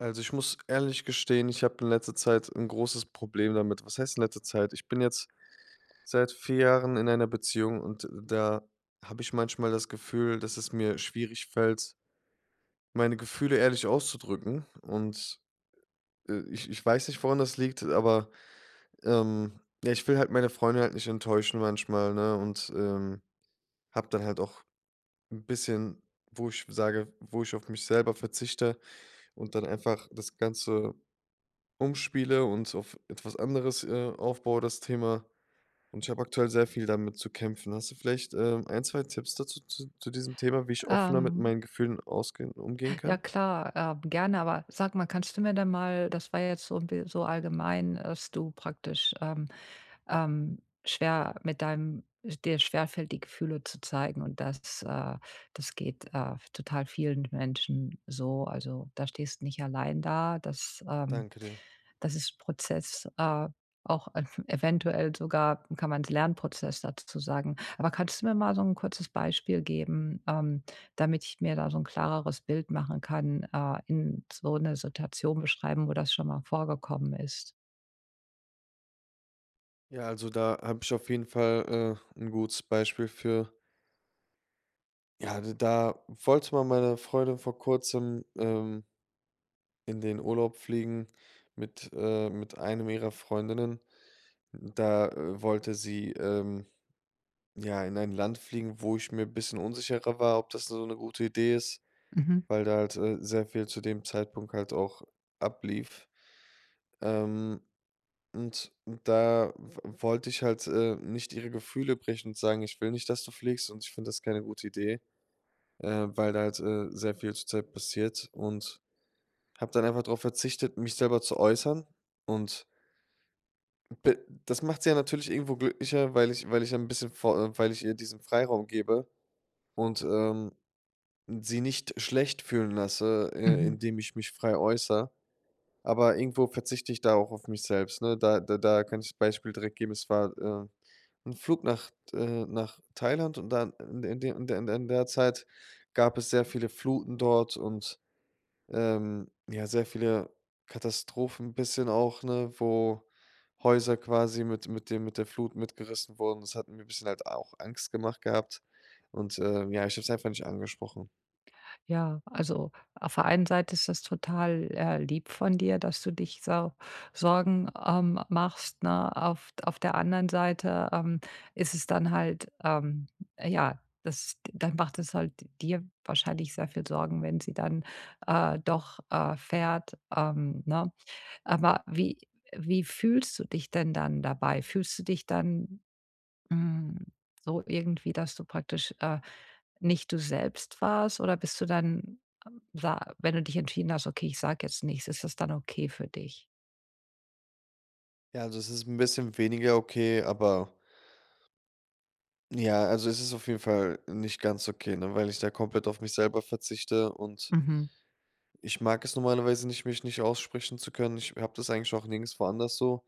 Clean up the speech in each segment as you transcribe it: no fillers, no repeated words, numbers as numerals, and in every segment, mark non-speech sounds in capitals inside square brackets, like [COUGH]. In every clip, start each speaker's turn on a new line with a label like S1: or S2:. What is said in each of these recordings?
S1: Also, ich muss ehrlich gestehen, ich habe in letzter Zeit ein großes Problem damit. Was heißt in letzter Zeit? Ich bin jetzt seit 4 Jahren in einer Beziehung, und da habe ich manchmal das Gefühl, dass es mir schwierig fällt, meine Gefühle ehrlich auszudrücken . Ich weiß nicht, woran das liegt, aber, ja, ich will halt meine Freundin halt nicht enttäuschen manchmal, ne, habe dann halt auch ein bisschen, wo ich sage, wo ich auf mich selber verzichte und dann einfach das Ganze umspiele und auf etwas anderes, aufbaue, das Thema. Und ich habe aktuell sehr viel damit zu kämpfen. Hast du vielleicht, 1, 2 Tipps dazu zu diesem Thema, wie ich offener mit
S2: Ähm,
S1: meinen Gefühlen ausgehen umgehen
S2: ja
S1: kann?
S2: klar, gerne, aber sag mal, kannst du mir denn mal das war jetzt so 'n bi so allgemein, dass du praktisch, schwer mit deinem dir schwerfällt, die Gefühle zu zeigen und das geht, total vielen Menschen so. Also, da stehst du nicht allein da. Das, ähm
S1: Danke dir.
S2: das ist ein Prozess, auch ev [LAUGHS] eventuell sogar kann man es Lernprozess dazu sagen. Aber kannst du mir mal so ein kurzes Beispiel geben, damit ich mir da so ein klareres Bild machen kann, in so eine Situation beschreiben, wo das schon mal vorgekommen ist.
S1: Ja, also da habe ich auf jeden Fall, 'n gutes Beispiel für. Ja, d da wollte mal meine Freundin vor Kurzem, in den Urlaub fliegen mit einem ihrer Freundinnen. Da, äh, wollte sie, ähm Ja, in ein Land fliegen, wo ich mir ein bisschen unsicherer war, ob das so eine gute Idee ist,
S2: Mhm,
S1: weil da halt, sehr viel zu dem Zeitpunkt halt auch ablief. Ähm, und da w wollte ich halt, nicht ihre Gefühle brechen und sagen: „Ich will nicht, dass du fliegst und ich finde das keine gute Idee“, weil da halt, sehr viel zur Zeit passiert, und habe dann einfach darauf verzichtet, mich selber zu äußern und be Das macht sie ja natürlich irgendwo glücklicher, weil ich ein bisschen vor weil ich ihr diesen Freiraum gebe und, ähm sie nicht schlecht fühlen lasse,
S2: mhm.
S1: indem ich mich frei äußere. Aber irgendwo verzichte ich da auch auf mich selbst, ne? Da kann ich das Beispiel direkt geben. Es war, 'n Flug nach nach Thailand, und dann in de in der in der in der Zeit gab es sehr viele Fluten dort, sehr viele Katastrophen ein bisschen auch, ne, wo Häuser quasi mit der Flut mitgerissen wurden. Das hat mir ein bisschen halt auch Angst gemacht gehabt , und ich habe es einfach nicht angesprochen.
S2: Ja, also, auf der einen Seite ist das total, lieb von dir, dass du dich so Sorgen, machst, ne? Auf der anderen Seite, ist es dann halt, ja, das dann macht es halt dir wahrscheinlich sehr viel Sorgen, wenn sie dann, doch, fährt, ne? Aber wie fühlst du dich denn dann dabei? Fühlst du dich dann, hm, so irgendwie, dass du praktisch, nicht du selbst warst oder bist du dann, sa wenn du dich entschieden hast: „Okay, ich sage jetzt nichts", ist das dann okay für dich?
S1: Ja, also es ist ein bisschen weniger okay, aber ja, also es ist auf jeden Fall nicht ganz okay, ne, weil ich da komplett auf mich selber verzichte, und
S2: Mhm,
S1: ich mag es normalerweise nicht, mich nicht aussprechen zu können. Ich habe das eigentlich auch nirgendswo anders so.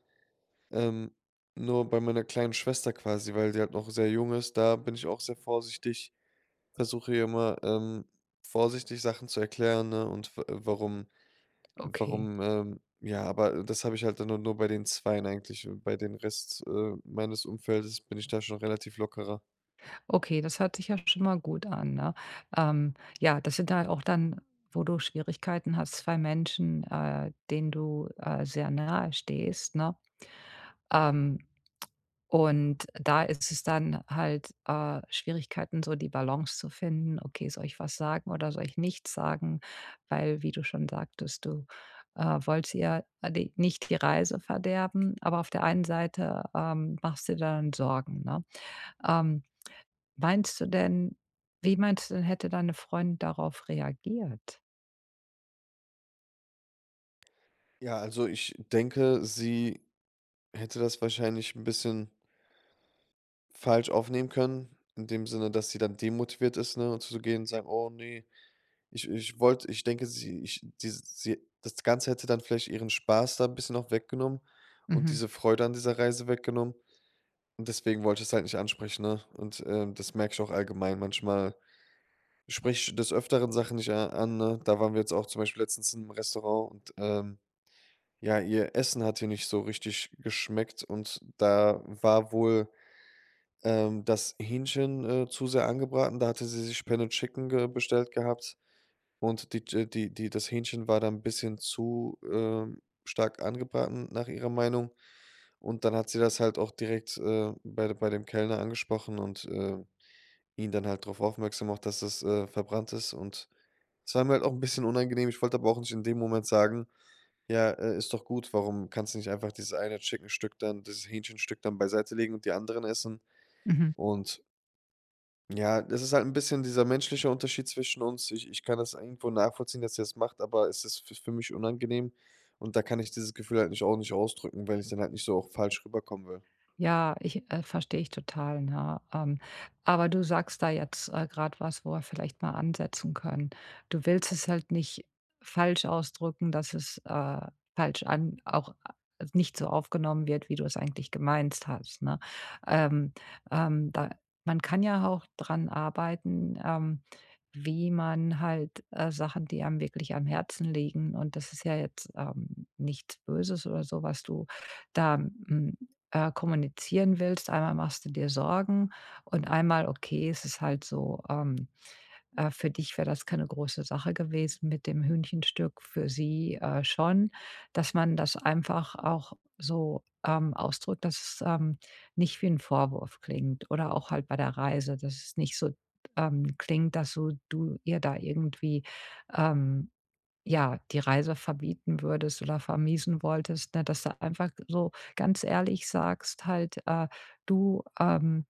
S1: Ähm, Nur bei meiner kleinen Schwester quasi, weil die halt noch sehr jung ist, da bin ich auch sehr vorsichtig, versuche ihr immer, vorsichtig Sachen zu erklären, ne, und w warum
S2: okay.
S1: Warum, Ja, aber das habe ich halt dann nur bei den Zweien eigentlich. Und bei den Rest, meines Umfeldes bin ich da schon relativ lockerer.
S2: Okay, das hört sich ja schon mal gut an, ne? Ähm, ja, das sind halt auch dann, wo du Schwierigkeiten hast, 2 Menschen, denen du, sehr nahe stehst, ne? Ähm Und da ist es dann halt, Schwierigkeiten, so die Balance zu finden: „Okay, soll ich was sagen oder soll ich nichts sagen?" Weil, wie du schon sagtest, du, wolltest ihr, die nicht die Reise verderben, aber auf der einen Seite, machst du dir dann Sorgen, ne? Ähm, meinst du denn wie meinst du denn, hätte deine Freundin darauf reagiert?
S1: Ja, also ich denke, sie hätte das wahrscheinlich ein bisschen falsch aufnehmen können, in dem Sinne, dass sie dann demotiviert ist, ne, und zu gehen und sagen: „Oh nee, ich wollte“. Ich denke, sie ich diese sie das Ganze hätte dann vielleicht ihren Spaß da ein bisschen auch weggenommen und
S2: Mhm,
S1: diese Freude an dieser Reise weggenommen. Und deswegen wollte ich es halt nicht ansprechen, ne? Das merke ich auch allgemein manchmal. Ich spreche des Öfteren Sachen nicht a an, ne? Da waren wir jetzt auch zum Beispiel letztens im Restaurant , und, ja, ihr Essen hat hier nicht so richtig geschmeckt, und da war wohl, das Hähnchen, zu sehr angebraten. Da hatte sie sich Penne and Chicken ge bestellt gehabt, und die Ch die die das Hähnchen war da ein bisschen zu, stark angebraten nach ihrer Meinung. Und dann hat sie das halt auch direkt, bei dem Kellner angesprochen ihn dann halt darauf aufmerksam macht, dass das, verbrannt ist, und es war mir halt auch ein bisschen unangenehm. Ich wollte aber auch nicht in dem Moment sagen: „Ja, ist doch gut, warum kannst du nicht einfach dieses eine Chickenstück dann dieses Hähnchenstück dann beiseite legen und die anderen essen?“
S2: mhm.
S1: Und ja, das ist halt ein bisschen dieser menschliche Unterschied zwischen uns. Ich kann das irgendwo nachvollziehen, dass er es macht, aber es ist f für mich unangenehm, und da kann ich dieses Gefühl halt nicht, auch nicht ausdrücken, weil ich dann halt nicht so auch falsch rüberkommen will.
S2: Ja, ich verstehe ich total, ne? Aber du sagst da jetzt, grad was, wo wir vielleicht mal ansetzen können. Du willst es halt nicht falsch ausdrücken, dass es, falsch an auch a nicht so aufgenommen wird, wie du es eigentlich gemeint hast, ne? Ähm, da man kann ja auch dran arbeiten, wie man halt, Sachen, die einem wirklich am Herzen liegen, und das ist ja jetzt, nichts Böses oder so, was du da, hm kommunizieren willst. Einmal machst du dir Sorgen und einmal, okay, es ist halt so, für dich wäre das keine große Sache gewesen mit dem Hühnchenstück, für sie, schon, dass man das einfach auch so, ausdrückt, dass es, nicht wie ein Vorwurf klingt oder auch halt bei der Reise, dass es nicht so, klingt, dass du ihr da irgendwie, ähm, ja, die Reise verbieten würdest oder vermiesen wolltest, ne, dass du einfach so ganz ehrlich sagst halt: Du, ähm,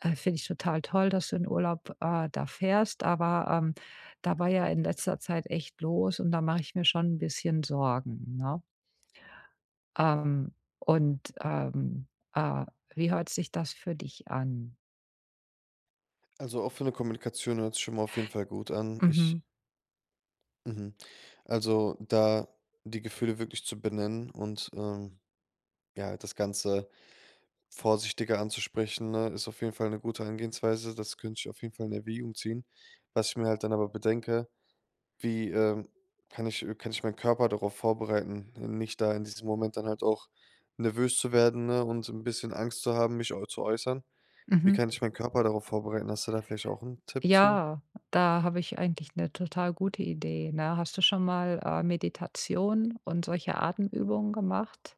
S2: äh, finde ich total toll, dass du in Urlaub, da fährst, aber, da war ja in letzter Zeit echt los und da mache ich mir schon ein bisschen Sorgen", ne? Ähm, und, äh, wie hört sich das für dich an?
S1: Also, offene Kommunikation hört sich schon mal auf jeden Fall gut an. Ich
S2: Mhm.
S1: Mhm. Also, da die Gefühle wirklich zu benennen und, ja, das Ganze vorsichtiger anzusprechen, ne, ist auf jeden Fall eine gute Herangehensweise. Das könnte ich auf jeden Fall in Erwägung ziehen. Was ich mir halt dann aber bedenke: Wie, kann ich meinen Körper darauf vorbereiten, nicht da in diesem Moment dann halt auch nervös zu werden, ne, und ein bisschen Angst zu haben, mich äu zu äußern? Wie
S2: Mhm.
S1: kann ich meinen Körper darauf vorbereiten? Hast du da vielleicht auch einen Tipp zu?
S2: Ja, da habe ich eigentlich eine total gute Idee, ne? Hast du schon mal, Meditation und solche Atemübungen gemacht?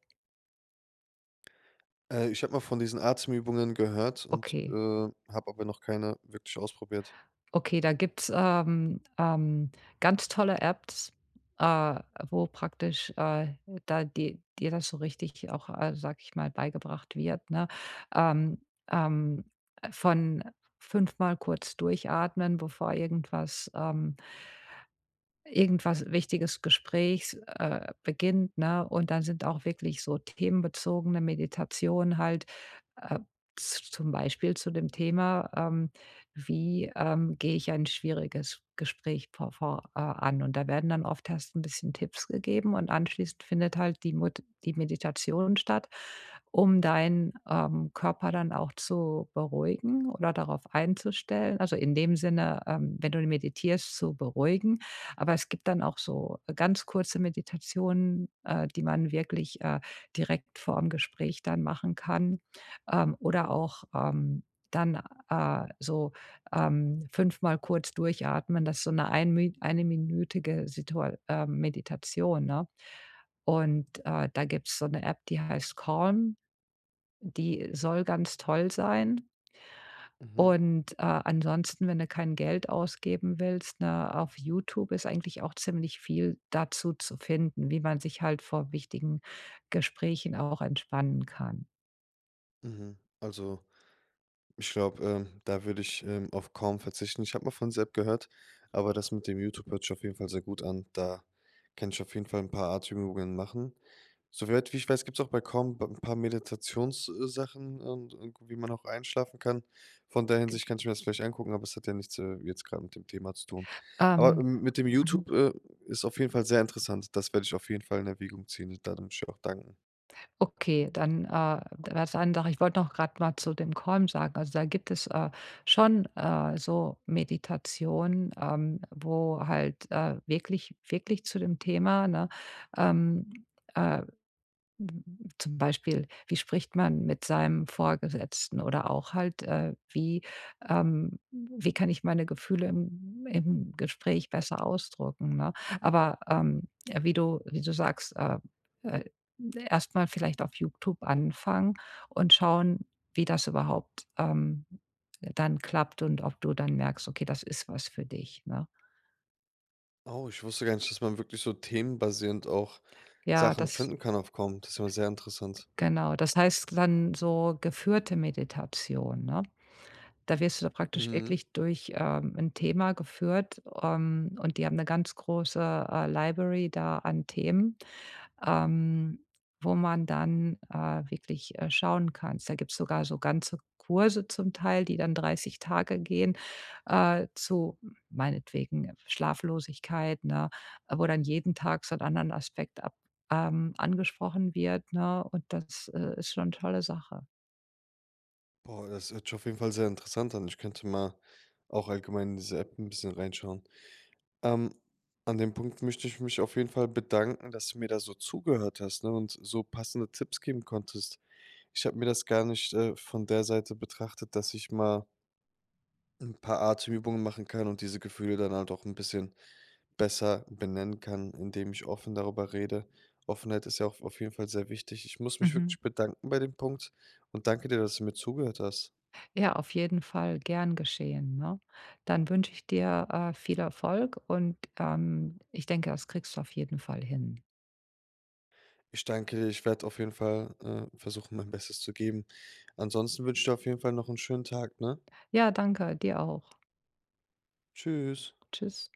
S1: Ich habe mal von diesen Atemübungen gehört und,
S2: Okay,
S1: habe aber noch keine wirklich ausprobiert.
S2: okay, da gibt's, ganz tolle Apps, äh, wo praktisch, da di dir das so richtig auch, sage ich mal, beigebracht wird, ne? Ähm, ähm, von fünfmal kurz durchatmen, bevor irgendwas Wichtiges Gesprächs, beginnt, ne? Und dann sind auch wirklich so themenbezogene Meditationen halt, äh, z zum Beispiel zu dem Thema, wie, gehe ich ein schwieriges Gespräch vor vor an? Und da werden dann oft erst ein bisschen Tipps gegeben und anschließend findet halt die Mut die Meditation statt, um deinen, Körper dann auch zu beruhigen oder darauf einzustellen. Also, in dem Sinne, wenn du meditierst, zu beruhigen. Aber es gibt dann auch so, ganz kurze Meditationen, die man wirklich, direkt vor dem Gespräch dann machen kann, oder auch, dann, so, fünfmal kurz durchatmen. Das ist so eine einminütige Situa Meditation, ne? Und, da gibt's so eine App, die heißt Calm. Die soll ganz toll sein.
S1: Mhm,
S2: Und, ansonsten, wenn du kein Geld ausgeben willst, ne, auf YouTube ist eigentlich auch ziemlich viel dazu zu finden, wie man sich halt vor wichtigen Gesprächen auch entspannen kann.
S1: mhm. Also, ich glaube, da würde ich, auf kaum verzichten. Ich habe mal von dieser App gehört, aber das mit dem YouTube hört sich auf jeden Fall sehr gut an. Da kann ich auf jeden Fall ein paar Atemübungen machen. Soweit wie ich weiß, gibt es auch bei Calm b 'n paar Meditations sachen und wie man auch einschlafen kann. Von der Hinsicht kann ich mir das vielleicht angucken, aber es hat ja nichts, jetzt gerade mit dem Thema zu tun. Aber,
S2: Ähm,
S1: mit dem
S2: mhm,
S1: YouTube, ist auf jeden Fall sehr interessant. Das werde ich auf jeden Fall in Erwägung ziehen. Da muss ich auch danken.
S2: okay, dann, was anderes, ich wollte noch gerade mal zu dem Calm sagen. Also, da gibt es, schon, so Meditationen, wo halt, wirklich wirklich zu dem Thema, ne, ähm, äh Mhm. Zum Beispiel, wie spricht man mit seinem Vorgesetzten oder auch halt, wie, wie kann ich meine Gefühle im Gespräch besser ausdrücken, ne? Aber, ja, wie du sagst, äh, erst vielleicht auf YouTube anfangen und schauen, wie das überhaupt, dann klappt und ob du dann merkst: „Okay, das ist was für dich", ne?
S1: Oh, ich wusste gar nicht, dass man wirklich so themenbasierend auch
S2: Ja,
S1: Sachen
S2: das
S1: finden kann auf Calm. Das ist ja sehr interessant.
S2: Genau. Das heißt dann so geführte Meditation, ne? Da wirst du da praktisch
S1: Mhm.
S2: wirklich durch, 'n Thema geführt, und die haben eine ganz große, Library da an Themen, ähm, wo man dann, wirklich, schauen kannst. Da gibt es sogar so ganze Kurse zum Teil, die dann 30 Tage gehen, zu meinetwegen Schlaflosigkeit, ne, wo dann jeden Tag so einen anderen Aspekt ab angesprochen wird, ne? Und das, ist schon 'ne tolle Sache.
S1: Boah, das hört sich auf jeden Fall sehr interessant an. Ich könnte mal auch allgemein in diese App ein bisschen reinschauen. Ähm, An dem Punkt möchte ich mich auf jeden Fall bedanken, dass du mir da so zugehört hast, ne, und so passende Tipps geben konntest. Ich habe mir das gar nicht, von der Seite betrachtet, dass ich mal ein paar Atemübungen machen kann und diese Gefühle dann halt auch ein bisschen besser benennen kann, indem ich offen darüber rede. Offenheit ist ja auch auf jeden Fall sehr wichtig. Ich muss mich
S2: Mhm.
S1: wirklich bedanken bei dem Punkt und danke dir, dass du mir zugehört hast.
S2: Ja, auf jeden Fall, gern geschehen, ne? Dann wünsche ich dir, viel Erfolg und, ich denke, das kriegst du auf jeden Fall hin.
S1: Ich danke dir, ich werde auf jeden Fall, versuchen, mein Bestes zu geben. Ansonsten wünsche ich dir auf jeden Fall noch einen schönen Tag, ne?
S2: Ja, danke, dir auch.
S1: Tschüss.
S2: Tschüss.